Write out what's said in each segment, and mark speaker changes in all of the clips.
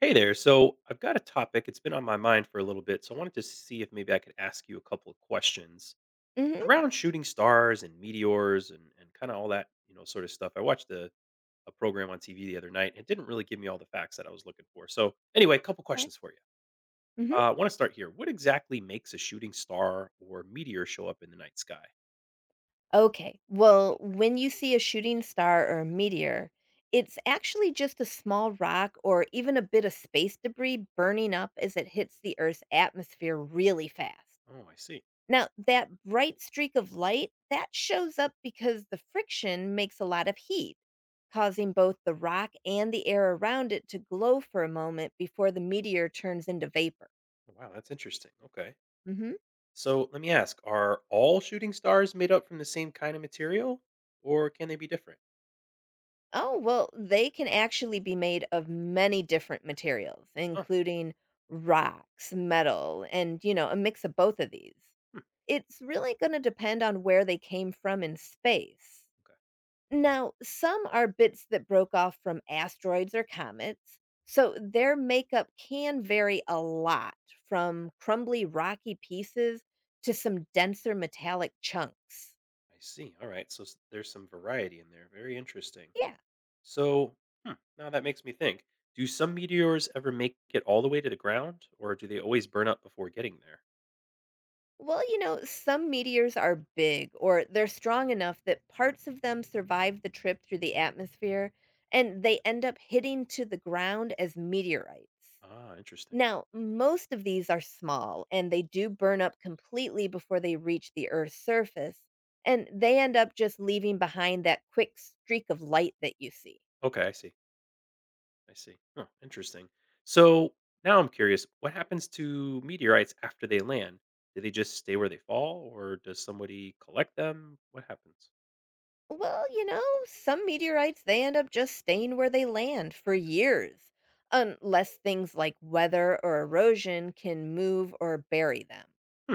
Speaker 1: Hey there. So I've got a topic. It's been on my mind for a little bit. So I wanted to see if maybe I could ask you a couple of questions
Speaker 2: Mhm.
Speaker 1: around shooting stars and meteors and kind of all that, sort of stuff. I watched a program on TV the other night. It didn't really give me all the facts that I was looking for. So anyway, a couple
Speaker 2: Okay.
Speaker 1: questions for you.
Speaker 2: Mhm.
Speaker 1: I want to start here. What exactly makes a shooting star or meteor show up in the night sky?
Speaker 2: Okay. Well, when you see a shooting star or a meteor, it's actually just a small rock or even a bit of space debris burning up as it hits the Earth's atmosphere really fast.
Speaker 1: Oh, I see.
Speaker 2: Now, that bright streak of light, that shows up because the friction makes a lot of heat, causing both the rock and the air around it to glow for a moment before the meteor turns into vapor.
Speaker 1: Wow, that's interesting. Okay.
Speaker 2: Mhm.
Speaker 1: So let me ask, are all shooting stars made up from the same kind of material or can they be different?
Speaker 2: Oh, well, they can actually be made of many different materials,
Speaker 1: Oh,
Speaker 2: including rocks, metal, and, you know, a mix of both of these.
Speaker 1: hmm,
Speaker 2: It's really going to depend on where they came from in space. Now, some are bits that broke off from asteroids or comets, so their makeup can vary a lot from crumbly rocky pieces to some denser metallic chunks.
Speaker 1: I see. All right. So there's some variety in there. Very interesting.
Speaker 2: Yeah.
Speaker 1: So hmm, now that makes me think. Do some meteors ever make it all the way to the ground, or do they always burn up before getting there?
Speaker 2: Well, you know, some meteors are big or they're strong enough that parts of them survive the trip through the atmosphere and they end up hitting to the ground as meteorites.
Speaker 1: Ah, interesting.
Speaker 2: Now, most of these are small and they do burn up completely before they reach the Earth's surface, and they end up just leaving behind that quick streak of light that you see.
Speaker 1: Okay, I see. I see. Huh, interesting. So now I'm curious. What happens to meteorites after they land? Do they just stay where they fall, or does somebody collect them? What happens?
Speaker 2: Well, you know, some meteorites they end up just staying where they land for years, unless things like weather or erosion can move or bury them.
Speaker 1: Hmm.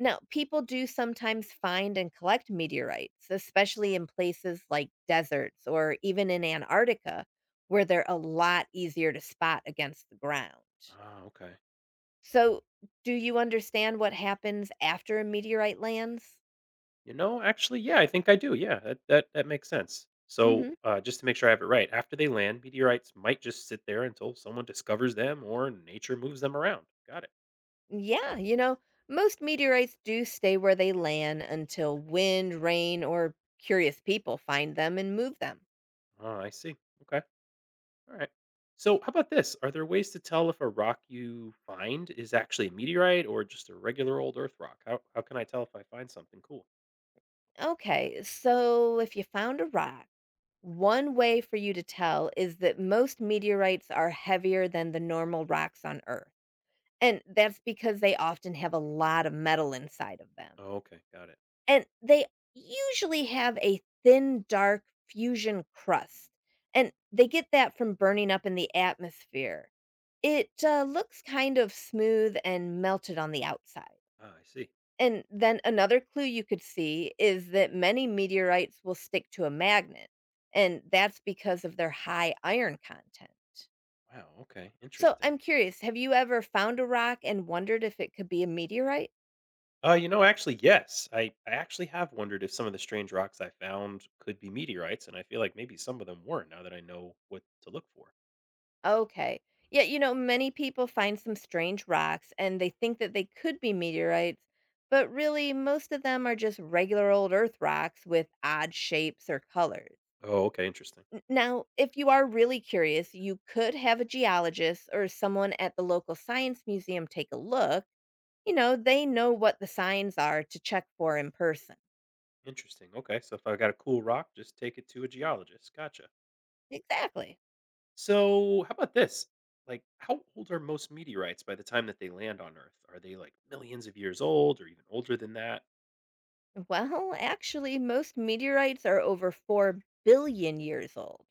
Speaker 2: Now, people do sometimes find and collect meteorites, especially in places like deserts or even in Antarctica, where they're a lot easier to spot against the ground.
Speaker 1: Ah, okay.
Speaker 2: So, do you understand what happens after a meteorite lands?
Speaker 1: You know, actually, yeah, I think I do. Yeah, that makes sense. So,
Speaker 2: Mhm.
Speaker 1: just to make sure I have it right, after they land, meteorites might just sit there until someone discovers them or nature moves them around. Got it.
Speaker 2: Yeah, you know, most meteorites do stay where they land until wind, rain, or curious people find them and move them.
Speaker 1: Oh, I see. Okay. All right. So, how about this? Are there ways to tell if a rock you find is actually a meteorite or just a regular old Earth rock? How can I tell if I find something cool?
Speaker 2: Okay, so if you found a rock, one way for you to tell is that most meteorites are heavier than the normal rocks on Earth. And that's because they often have a lot of metal inside of them.
Speaker 1: Oh, okay, got it.
Speaker 2: And they usually have a thin, dark fusion crust, and they get that from burning up in the atmosphere. It looks kind of smooth and melted on the outside.
Speaker 1: Ah, I see.
Speaker 2: And then another clue you could see is that many meteorites will stick to a magnet, and that's because of their high iron content.
Speaker 1: Wow. Okay,
Speaker 2: So
Speaker 1: interesting.
Speaker 2: I'm curious, have you ever found a rock and wondered if it could be a meteorite?
Speaker 1: You know, actually, yes. I actually have wondered if some of the strange rocks I found could be meteorites, and I feel like maybe some of them were now that I know what to look for.
Speaker 2: Okay. Yeah, you know, many people find some strange rocks and they think that they could be meteorites, but really, most of them are just regular old Earth rocks with odd shapes or colors.
Speaker 1: Oh, okay. Interesting.
Speaker 2: Now, if you are really curious, you could have a geologist or someone at the local science museum take a look. You know, they know what the signs are to check for in person.
Speaker 1: Interesting. Okay. So if I got a cool rock, just take it to a geologist. Gotcha.
Speaker 2: Exactly.
Speaker 1: So how about this? Like, how old are most meteorites by the time that they land on Earth? Are they like millions of years old or even older than that?
Speaker 2: Well, actually, most meteorites are over 4 billion years old.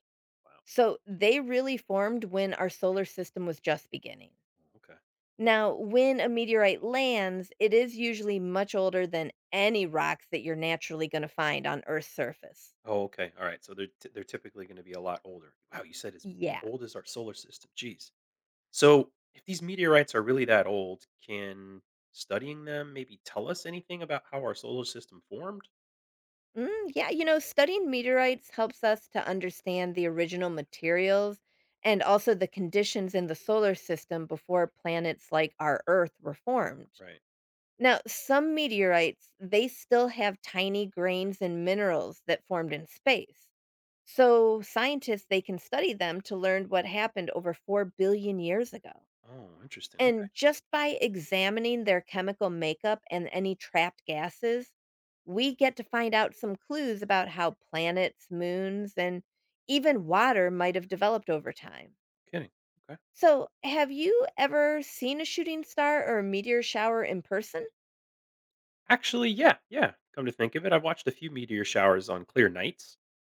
Speaker 1: Wow.
Speaker 2: So they really formed when our solar system was just beginning.
Speaker 1: Okay.
Speaker 2: Now, when a meteorite lands, it is usually much older than any rocks that you're naturally going to find on Earth's surface.
Speaker 1: Oh, okay. All right. So they're typically going to be a lot older. Wow. You said as
Speaker 2: Yeah.
Speaker 1: old as our solar system. Jeez. So, if these meteorites are really that old, can studying them maybe tell us anything about how our solar system formed?
Speaker 2: Mm, yeah, you know, studying meteorites helps us to understand the original materials and also the conditions in the solar system before planets like our Earth were formed.
Speaker 1: Right.
Speaker 2: Now, some meteorites, they still have tiny grains and minerals that formed in space. So scientists they can study them to learn what happened over 4 billion years ago.
Speaker 1: Oh, interesting. Okay.
Speaker 2: And just by examining their chemical makeup and any trapped gases, we get to find out some clues about how planets, moons, and even water might have developed over time.
Speaker 1: Kidding. Okay.
Speaker 2: So, have you ever seen a shooting star or a meteor shower in person?
Speaker 1: Actually, yeah. Yeah. Come to think of it, I've watched a few meteor showers on clear nights,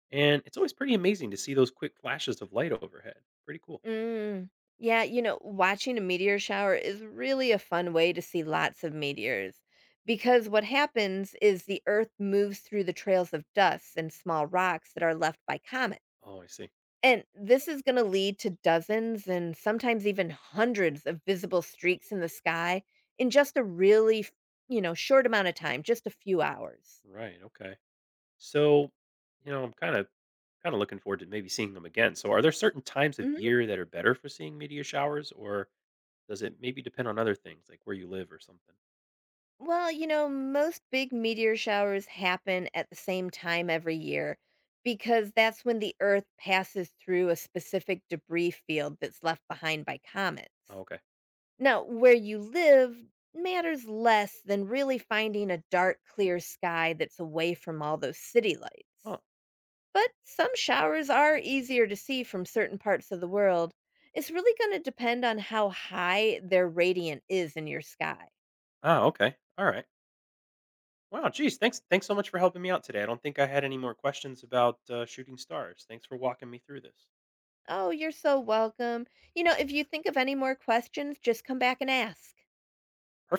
Speaker 1: and it's always pretty amazing to see those quick flashes of light overhead. Pretty cool.
Speaker 2: Mm. Yeah, you know, watching a meteor shower is really a fun way to see lots of meteors because what happens is the Earth moves through the trails of dust and small rocks that are left by comets.
Speaker 1: Oh, I see.
Speaker 2: And this is going to lead to dozens and sometimes even hundreds of visible streaks in the sky in just a really, you know, short amount of time, just a few hours.
Speaker 1: Right. Okay. So, you know, I'm kind of looking forward to maybe seeing them again. So, are there certain times of
Speaker 2: Mhm.
Speaker 1: year that are better for seeing meteor showers or does it maybe depend on other things, like where you live or something?
Speaker 2: Well, you know, most big meteor showers happen at the same time every year because that's when the Earth passes through a specific debris field that's left behind by
Speaker 1: Oh,
Speaker 2: comets.
Speaker 1: okay.
Speaker 2: Now, where you live matters less than really finding a dark, clear sky that's away from all those city lights.
Speaker 1: Oh.
Speaker 2: But some showers are easier to see from certain parts of the world. It's really going to depend on how high their radiant is in your sky.
Speaker 1: Ah, okay. All right. Wow, geez, thanks so much for helping me out today. I don't think I had any more questions about, shooting stars. Thanks for walking me through this.
Speaker 2: Oh, you're so welcome. You know, if you think of any more questions, just come back and ask.